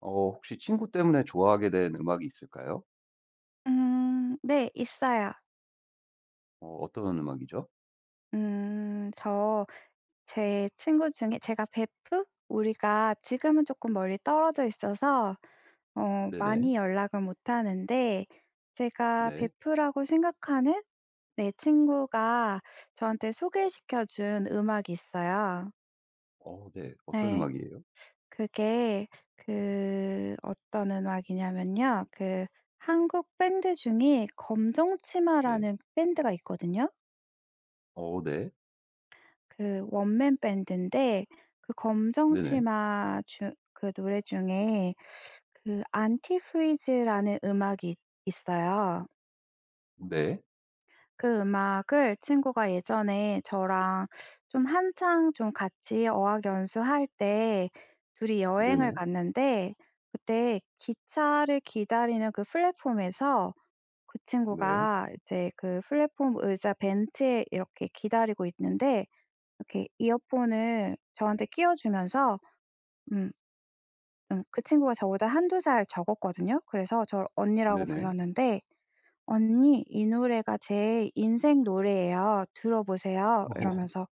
혹시 친구 때문에 좋아하게 된 음악이 있을까요? 네 있어요. 어떤 음악이죠? 음 저 제 친구 중에 제가 베프? 우리가 지금은 조금 멀리 떨어져 있어서 네네. 많이 연락을 못 하는데 제가 네. 베프라고 생각하는 내 친구가 저한테 소개시켜 준 음악이 있어요. 네. 어떤 네. 음악이에요? 그게 그 어떤 음악이냐면요. 그 한국 밴드 중에 네. 검정치마라는 밴드가 있거든요. 네. 그 원맨 밴드인데 그 검정 네네. 치마 주 그 노래 중에 그 안티프리즈라는 음악이 있어요. 네. 그 음악을 친구가 예전에 저랑 좀 한창 좀 같이 어학 연수할 때 둘이 여행을 네네. 갔는데 그때 기차를 기다리는 그 플랫폼에서 그 네. 친구가 이제 그 플랫폼 의자 벤치에 이렇게 기다리고 있는데 이렇게 이어폰을 저한테 끼워 주면서 음 그 친구가 저보다 한두 살 적었거든요. 그래서 저를 언니라고 네네. 불렀는데 "언니 이 노래가 제 인생 노래예요. 들어보세요." 어 이러면서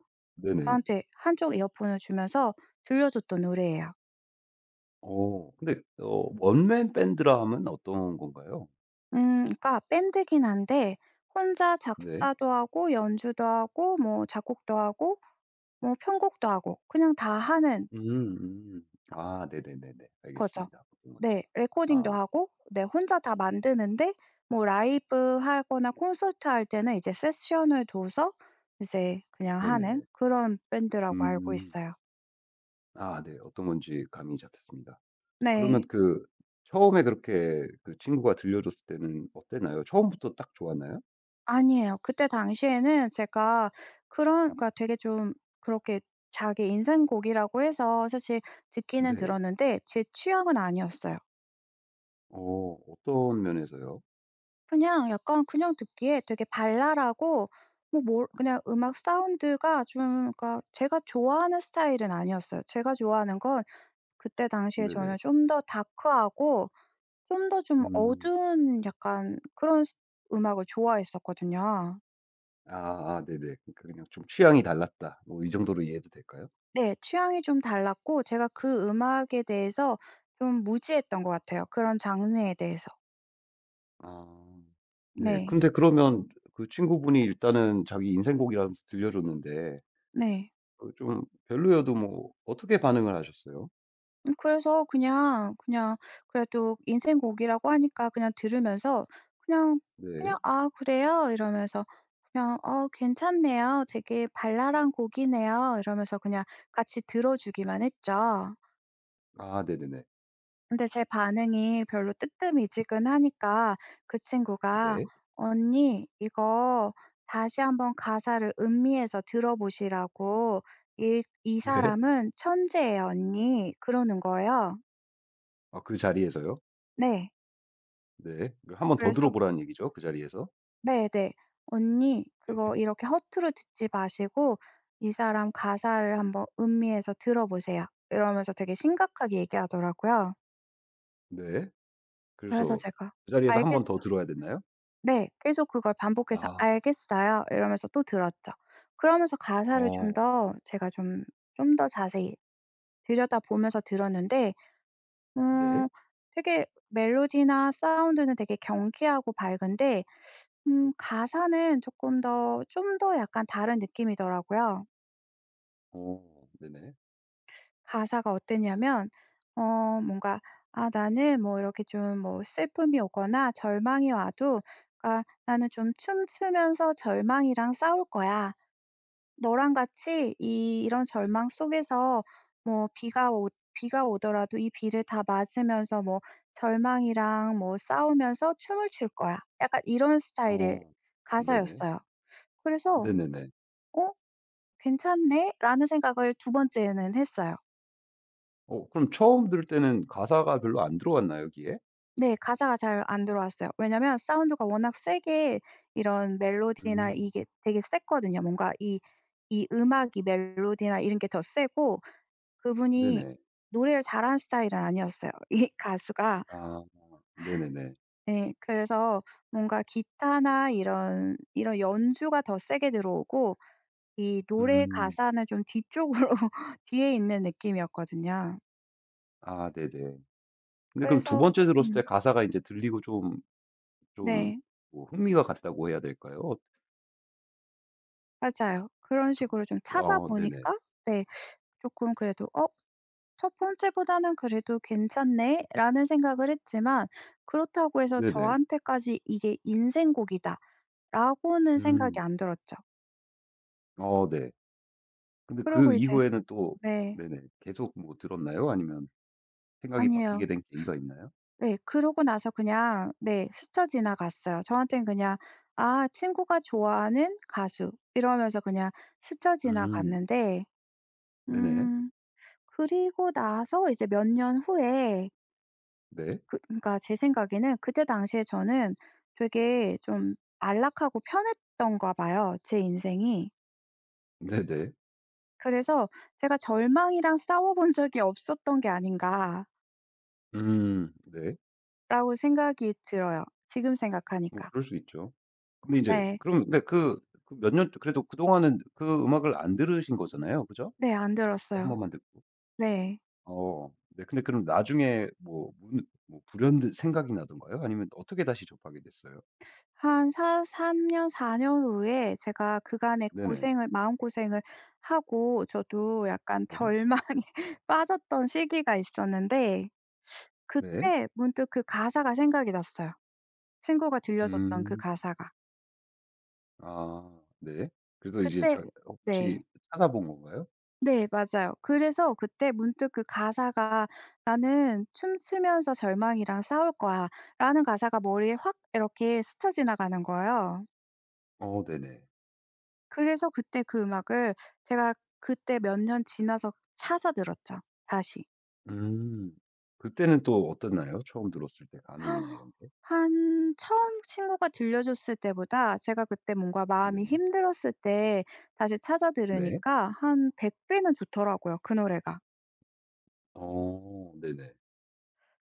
네네. 저한테 한쪽 이어폰을 주면서 들려줬던 노래예요. 근데 원맨 밴드라 하면 어떤 건가요? 그러니까 밴드긴 한데 혼자 네. 작사도 하고 연주도 하고 뭐 작곡도 하고 뭐 편곡도 하고 그냥 다 하는 음. 음. 아 네네네네. 거죠. 알겠습니다. 어떤 건지. 네. 레코딩도 아 하고 네 혼자 다 만드는데 뭐 라이브 하거나 콘서트 할 때는 이제 세션을 둬서 이제 그냥 하는 네네네. 그런 밴드라고 알고 음. 있어요. 아 네. 어떤 건지 감이 잡혔습니다. 그러면 네. 그 처음에 그렇게 그 친구가 들려줬을 때는 어땠나요? 처음부터 딱 좋았나요? 아니에요. 그때 당시에는 제가 그런 그러니까 되게 좀 그렇게 자기 인생곡이라고 해서 사실 듣기는 네. 들었는데 제 취향은 아니었어요. 어떤 면에서요? 그냥 약간 그냥 듣기에 되게 발랄하고 뭐 뭘 그냥 음악 사운드가 좀 그러니까 제가 좋아하는 스타일은 아니었어요. 제가 좋아하는 건 그때 당시에 네네. 저는 좀 더 다크하고 좀 더 좀 음. 어두운 약간 그런 스 음악을 좋아했었거든요. 아아 네네. 그러니까 그냥 좀 취향이 달랐다. 뭐 이 정도로 이해해도 될까요? 네. 취향이 좀 달랐고 제가 그 음악에 대해서 좀 무지했던 것 같아요, 그런 장르에 대해서. 아. 네. 네. 근데 그러면 그 친구분이 일단은 자기 인생곡이라면서 들려줬는데 네. 그좀 별로여도 뭐 어떻게 반응을 하셨어요? 그래서 그냥 그래도 인생 곡이라고 하니까 그냥 들으면서 그냥 네. 그냥 "아 그래요?" 이러면서 그냥 "어 괜찮네요. 되게 발랄한 곡이네요." 이러면서 그냥 같이 들어 주기만 했죠. 아 네네네. 근데 제 반응이 별로 뜨뜻미지근하니까 그 친구가 네. "언니 이거 다시 한번 가사를 음미해서 들어보시라고. 이 네. 사람은 천재예요 언니." 그러는 거예요. 아 그 자리에서요? 네. 네. 한번 더 그래서 들어보라는 얘기죠, 그 자리에서. 네네. "언니 그거 이렇게 허투루 듣지 마시고 이 사람 가사를 한번 음미해서 들어보세요." 이러면서 되게 심각하게 얘기하더라고요. 네. 그래서 그래서 제가 그 자리에서 한 번 "알겠어." 더 들어야 됐나요? 네. 계속 그걸 반복해서 아. "알겠어요." 이러면서 또 들었죠. 그러면서 가사를 좀 어. 더 제가 좀 더 자세히 들여다보면서 들었는데 어 네. 되게 멜로디나 사운드는 되게 경쾌하고 밝은데 가사는 조금 더 좀 더 약간 다른 느낌이더라고요. 어. 네네. 가사가 어땠냐면 뭔가 아 나는 뭐 이렇게 좀 뭐 슬픔이 오거나 절망이 와도 아 "나는 좀 춤추면서 절망이랑 싸울 거야. 너랑 같이 이 이런 절망 속에서 뭐 비가 오더라도 이 비를 다 맞으면서 뭐 절망이랑 뭐 싸우면서 춤을 출 거야." 약간 이런 스타일의 어. 네네. 가사였어요. 그래서 네네네. 어 '괜찮네.'라는 생각을 두 번째는 했어요. 그럼 처음 들을 때는 가사가 별로 안 들어왔나요, 귀에? 네 가사가 잘 안 들어왔어요. 왜냐면 사운드가 워낙 세게 이런 멜로디나 음. 이게 되게 셌거든요. 뭔가 이 음악이 멜로디나 이런 게 더 세고 그분이 네네. 노래를 잘하는 스타일은 아니었어요, 이 가수가. 아. 네네네. 네 그래서 뭔가 기타나 이런 연주가 더 세게 들어오고 이 노래 음. 가사는 좀 뒤쪽으로 뒤에 있는 느낌이었거든요. 아 네네. 근데 그럼 두 그래서 번째 들었을 때 음 가사가 이제 들리고 좀 네. 뭐 흥미가 갔다고 해야 될까요? 어 맞아요. 그런 어떻 식으로 좀 어 네네. 찾아보니까 네 조금 그래도 '어 첫 번째보다는 그래도 괜찮네.'라는 생각을 했지만 그렇다고 해서 네네. 저한테까지 '이게 인생곡이다.'라고는 음. 생각이 안 들었죠. 네. 근데 그 그러고 이제 이후에는 또 네. 네네 계속 뭐 들었나요? 아니면 생각이 바뀌게 아니에요. 된 계기가 있나요? 네. 그러고 나서 그냥 네 스쳐 지나갔어요. 저한테는 그냥 '아 친구가 좋아하는 가수.' 이러면서 그냥 스쳐 음. 지나갔는데 네네. 음 그리고 나서 이제 몇 년 후에 네. 그 그러니까 제 생각에는 그때 당시에 저는 되게 좀 안락하고 편했던가 봐요, 제 인생이. 네네. 그래서 제가 '절망이랑 싸워 본 적이 없었던 게 아닌가.'라고 음. 네. 생각이 들어요, 지금 뭐 생각하니까. 그럴 수 있죠. 근데 이제 네. 그럼 근데 그 몇 년 그래도 그동안은 그 음악을 안 들으신 거잖아요. 그죠? 네 안 네, 한 들었어요. 번만 듣고. 네. 어. 네. 근데 그럼 나중에 뭐 불현듯 생각이 나던가요? 아니면 어떻게 다시 접하게 됐어요? 한 사 3년 년 4년 후에 제가 그간의 네네. 고생을 마음고생을 하고 저도 약간 네. 절망에 빠졌던 시기가 있었는데 네. 그때 문득 그 가사가 생각이 났어요. 친구가 들려줬던 그 음. 가사가. 아 네. 그래서 이제 그때 자 혹시 네. 찾아본 건가요? 네 맞아요. 그래서 그때 문득 그 가사가 '나는 춤추면서 절망이랑 싸울 거야.'라는 가사가 머리에 확 이렇게 스쳐 지나가는 거예요. 네네. 그래서 그때 그 음악을 제가 그때 몇 년 지나서 찾아 들었죠, 다시. 음. 그때는 또 어땠나요? 처음 들었을 때 감흥이나 이런 게? 한 처음 친구가 들려줬을 때보다 제가 그때 뭔가 마음이 네네. 힘들었을 때 다시 찾아 네. 들으니까 한 100배 배는 좋더라고요, 그 노래가. 네네.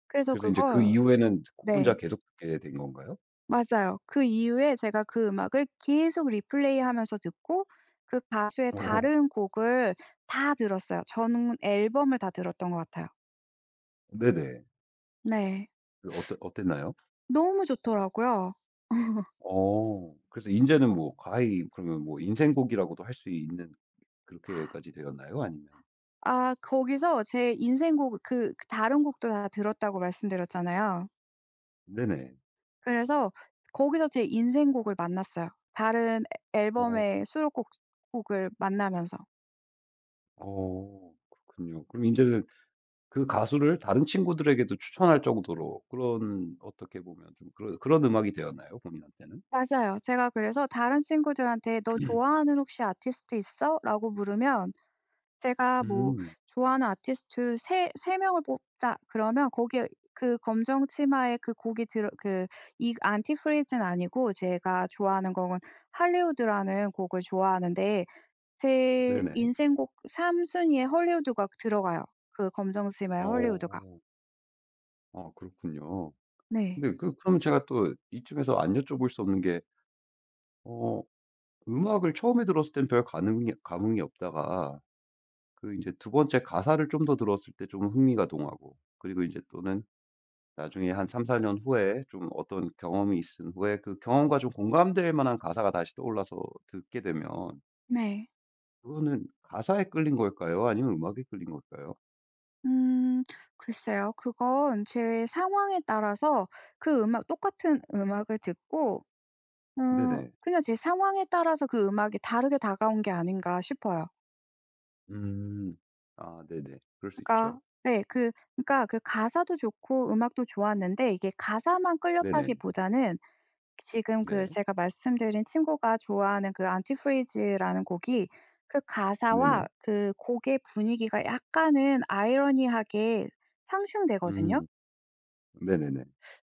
그래서 그래서 인제 그 그걸 이후에는 혼자 네. 계속 듣게 된 건가요? 맞아요. 그 이후에 제가 그 음악을 계속 리플레이하면서 듣고 그 가수의 어 다른 곡을 다 들었어요. 저는 앨범을 다 들었던 것 같아요. 네네. 네. 그 어땠나요? 너무 좋더라고요. 어. 그래서 인제는 뭐 가히 그러면 뭐 인생곡이라고도 할 수 있는 그렇게까지 되었나요? 아니면 아 거기서 제 인생곡 그 다른 곡도 다 들었다고 말씀드렸잖아요. 네네. 그래서 거기서 제 인생곡을 만났어요. 다른 어. 앨범의 수록곡 곡을 만나면서. 어. 그렇군요. 그럼 인제는 그 가수를 다른 친구들에게도 추천할 정도로 그런 어떻게 보면 좀 그런 음악이 되었나요? 본인한테는? 맞아요. 제가 그래서 다른 친구들한테 "너 좋아하는 혹시 아티스트 있어?" 라고 물으면 제가 뭐 음. "좋아하는 아티스트 세 명을 뽑자." 그러면 거기에 그 검정 치마에 그 곡이 들어 그 이 안티프리즈는 아니고 제가 좋아하는 곡은 할리우드라는 곡을 좋아하는데 제 네네. 인생곡 3순위 순위에 헐리우드가 들어가요, 그 검정 치마에 헐리우드가. 어. 아 그렇군요. 네. 근데 그럼 제가 또 이쯤에서 안 여쭤볼 수 없는 게 어 음악을 처음에 들었을 땐 별 감흥이 없다가 그 이제 두 번째 가사를 좀 더 들었을 때 좀 흥미가 동하고 그리고 이제 또는 나중에 한 3-4년 후에 좀 어떤 경험이 있은 후에 그 경험과 좀 공감될 만한 가사가 다시 떠올라서 듣게 되면 네. 그거는 가사에 끌린 걸까요? 아니면 음악에 끌린 걸까요? 음 글쎄요. 그건 제 상황에 따라서 그 음악 똑같은 음악을 듣고 네네. 그냥 제 상황에 따라서 그 음악이 다르게 다가온 게 아닌가 싶어요. 음. 아 네네. 그럴 수 있죠. 그러니까 네 그러니까 그 가사도 좋고 음악도 좋았는데 이게 가사만 네네. 끌렸다기보다는 지금 그 네. 제가 말씀드린 친구가 좋아하는 그 안티프리즈라는 곡이 그 가사와 네네. 그 곡의 분위기가 약간은 아이러니하게 상충되거든요. 음. 네네네.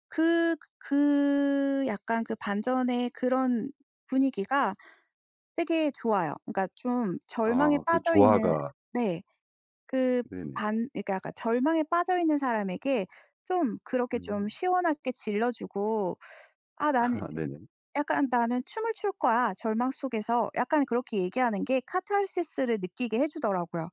그 약간 그 반전의 그런 분위기가 되게 좋아요. 그러니까 좀 절망에 아 그 빠져 있는 조화가 네. 그 네네. 반 그러니까 약간 절망에 빠져 있는 사람에게 좀 그렇게 좀 음. 시원하게 질러 주고 '아 나는 아 네네. 약간 나는 춤을 출 거야, 절망 속에서.' 약간 그렇게 얘기하는 게 카타르시스를 느끼게 해 주더라고요.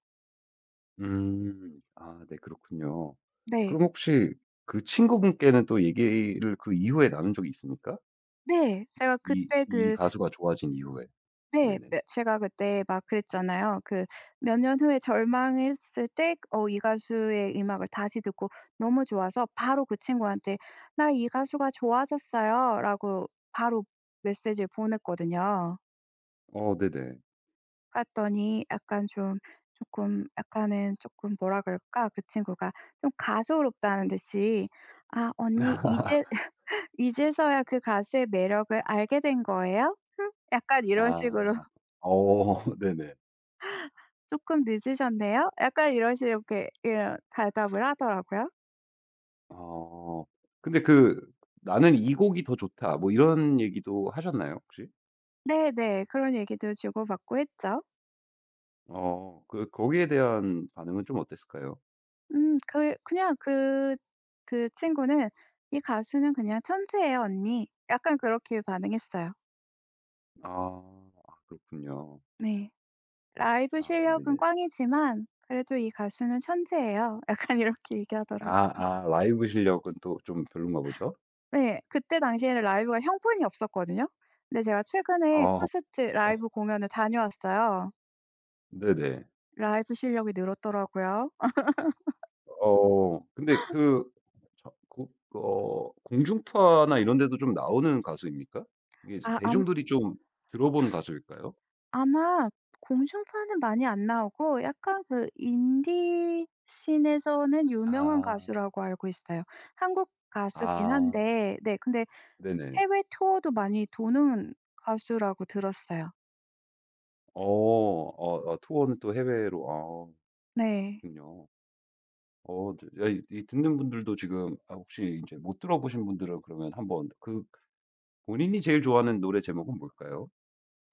음. 아 네 그렇군요. 네. 그럼 혹시 그 친구분께는 또 얘기를 그 이후에 나눈 적이 있습니까? 네. 제가 이 그때 이 그 가수가 좋아진 이후에. 네. 네네. 며 제가 그때 막 그랬잖아요. 그 몇 년 후에 절망했을 때 이 가수의 음악을 다시 듣고 너무 좋아서 바로 그 친구한테 "나 이 가수가 좋아졌어요."라고 바로 메시지를 보냈거든요. 네네. 그랬더니 약간 좀 쪼끔 약간은 쪼끔 뭐라 그럴까? 그 친구가 좀 가소롭다는 듯이 "아 언니 이제 이제서야 그 가수의 매력을 알게 된 거예요? 흠." 약간 이런 식으로 아. 네네. 조금 늦으셨네요." 약간 이런 식으로 이렇게 이런 대답을 하더라고요. 어. 근데 그 "나는 이 곡이 더 좋다." 뭐 이런 얘기도 하셨나요 혹시? 네네. 그런 얘기도 주고받고 했죠. 그 거기에 대한 반응은 좀 어땠을까요? 그 그냥 그 그 친구는 "이 가수는 그냥 천재예요 언니." 약간 그렇게 반응했어요. 아. 아 그렇군요. 네. "라이브 아 실력은 네네. 꽝이지만 그래도 이 가수는 천재예요." 약간 이렇게 얘기하더라고요. 아 라이브 실력은 또 좀 별론가 보죠? 네. 그때 당시에는 라이브가 형편이 없었거든요. 근데 제가 최근에 아. 콘서트 라이브 공연을 다녀왔어요. 네네. 라이브 실력이 늘었더라고요. 근데 저 공중파나 이런 데도 좀 나오는 가수입니까? 이게 이제 아암 대중들이 좀 들어보는 가수일까요? 아마 공중파는 많이 안 나오고 약간 그 인디 씬에서는 유명한 아. 가수라고 알고 있어요. 한국 가수긴 아 한데 네 근데 네네. 해외 투어도 많이 도는 가수라고 들었어요. 어. 투어는 또 해외로 아 네. 그렇군요. 네. 야 이 듣는 분들도 지금 아 혹시 이제 못 들어보신 분들은 그러면 한번 그 본인이 제일 좋아하는 노래 제목은 뭘까요?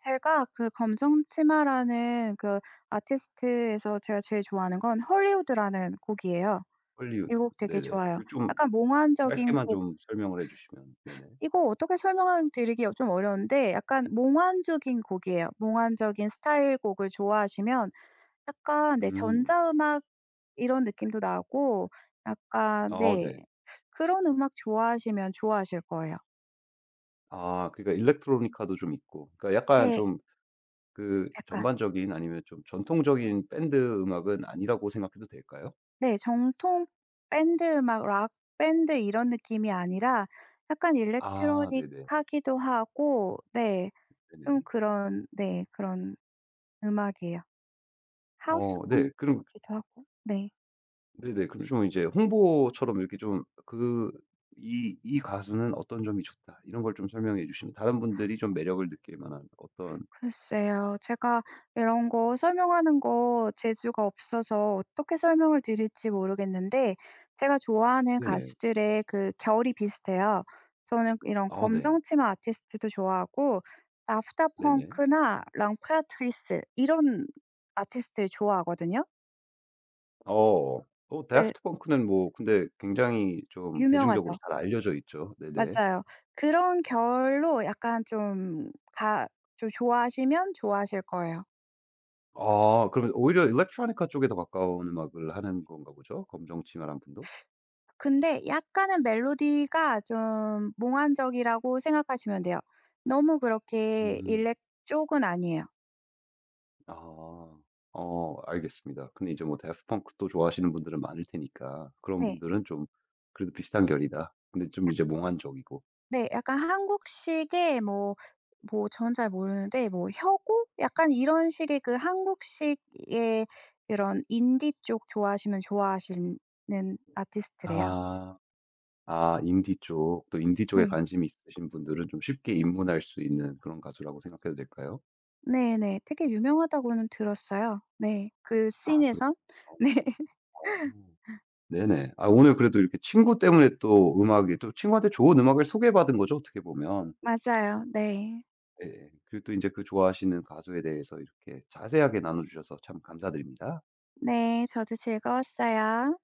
제가 그 검정 치마라는 그 아티스트에서 제가 제일 좋아하는 건 헐리우드라는 곡이에요. 이 헐리우드. 곡 되게 네네. 좋아요. 그 좀 약간 몽환적인 짧게만 곡 좀 설명을 해 주시면. 네네. 이거 어떻게 설명 드리기 좀 어려운데 약간 몽환적인 곡이에요. 몽환적인 스타일 곡을 좋아하시면 약간 네 음. 전자음악 이런 느낌도 나고 약간 아 네 네. 그런 음악 좋아하시면 좋아하실 거예요. 아 그러니까 일렉트로니카도 좀 있고 그러니까 약간 네. 좀 그 약간 전반적인 아니면 좀 전통적인 밴드 음악은 아니라고 생각해도 될까요? 네 정통 밴드 음악 락 밴드 이런 느낌이 아니라 약간 아 네네. 일렉트로닉하기도 하고 네 좀 네네. 그런 네 그런 음악이에요. 네. 하우스풍 그럼 같기도 하고. 네. 네네. 그럼 좀 이제 홍보처럼 이렇게 좀 그 "이 가수는 어떤 점이 좋다." 이런 걸 좀 설명해 주시면 다른 분들이 좀 매력을 느낄 만한 어떤 글쎄요. 제가 이런 거 설명하는 거 재주가 없어서 어떻게 설명을 드릴지 모르겠는데 제가 좋아하는 네네. 가수들의 그 결이 비슷해요. 저는 이런 아 네. 검정 치마 아티스트도 좋아하고 다프트 네네. 펑크나 랑프라트리스 이런 아티스트를 좋아하거든요. 어. 그 다프트 펑크는 뭐 근데 굉장히 좀 대중적으로 유명하죠. 잘 알려져 있죠. 네네. 맞아요. 그런 결로 약간 좀 가 좀 좋아하시면 좋아하실 거예요. 아 그러면 오히려 일렉트로니카 쪽에 더 가까운 음악을 하는 건가 보죠? 검정 치마란 분도? 근데 약간은 멜로디가 좀 몽환적이라고 생각하시면 돼요. 너무 그렇게 음. 일렉 쪽은 아니에요. 아. 알겠습니다. 근데 이제 뭐 데프트 펑크 도 좋아하시는 분들은 많을 테니까 그런 네. 분들은 좀 그래도 비슷한 결이다. 근데 좀 약 이제 몽환적이고. 네. 약간 한국식의 뭐 저는 잘 모르는데 뭐 혁오? 약간 이런 식의 그 한국식의 그런 인디 쪽 좋아하시면 좋아하시는 아티스트래요. 아. 아 인디 쪽 또 인디 쪽에 네. 관심이 있으신 분들은 좀 쉽게 입문할 수 있는 그런 가수라고 생각해도 될까요? 네네. 되게 유명하다고는 들었어요. 네. 그 아 그렇 씬에선. 어. 네. 어. 네네. 아 오늘 그래도 이렇게 친구 때문에 또 음악이 또 친구한테 좋은 음악을 소개받은 거죠, 어떻게 보면. 맞아요. 네. 예예. 그리고 또 인제 그 좋아하시는 가수에 대해서 이렇게 자세하게 나눠 주셔서 참 감사드립니다. 네. 저도 즐거웠어요.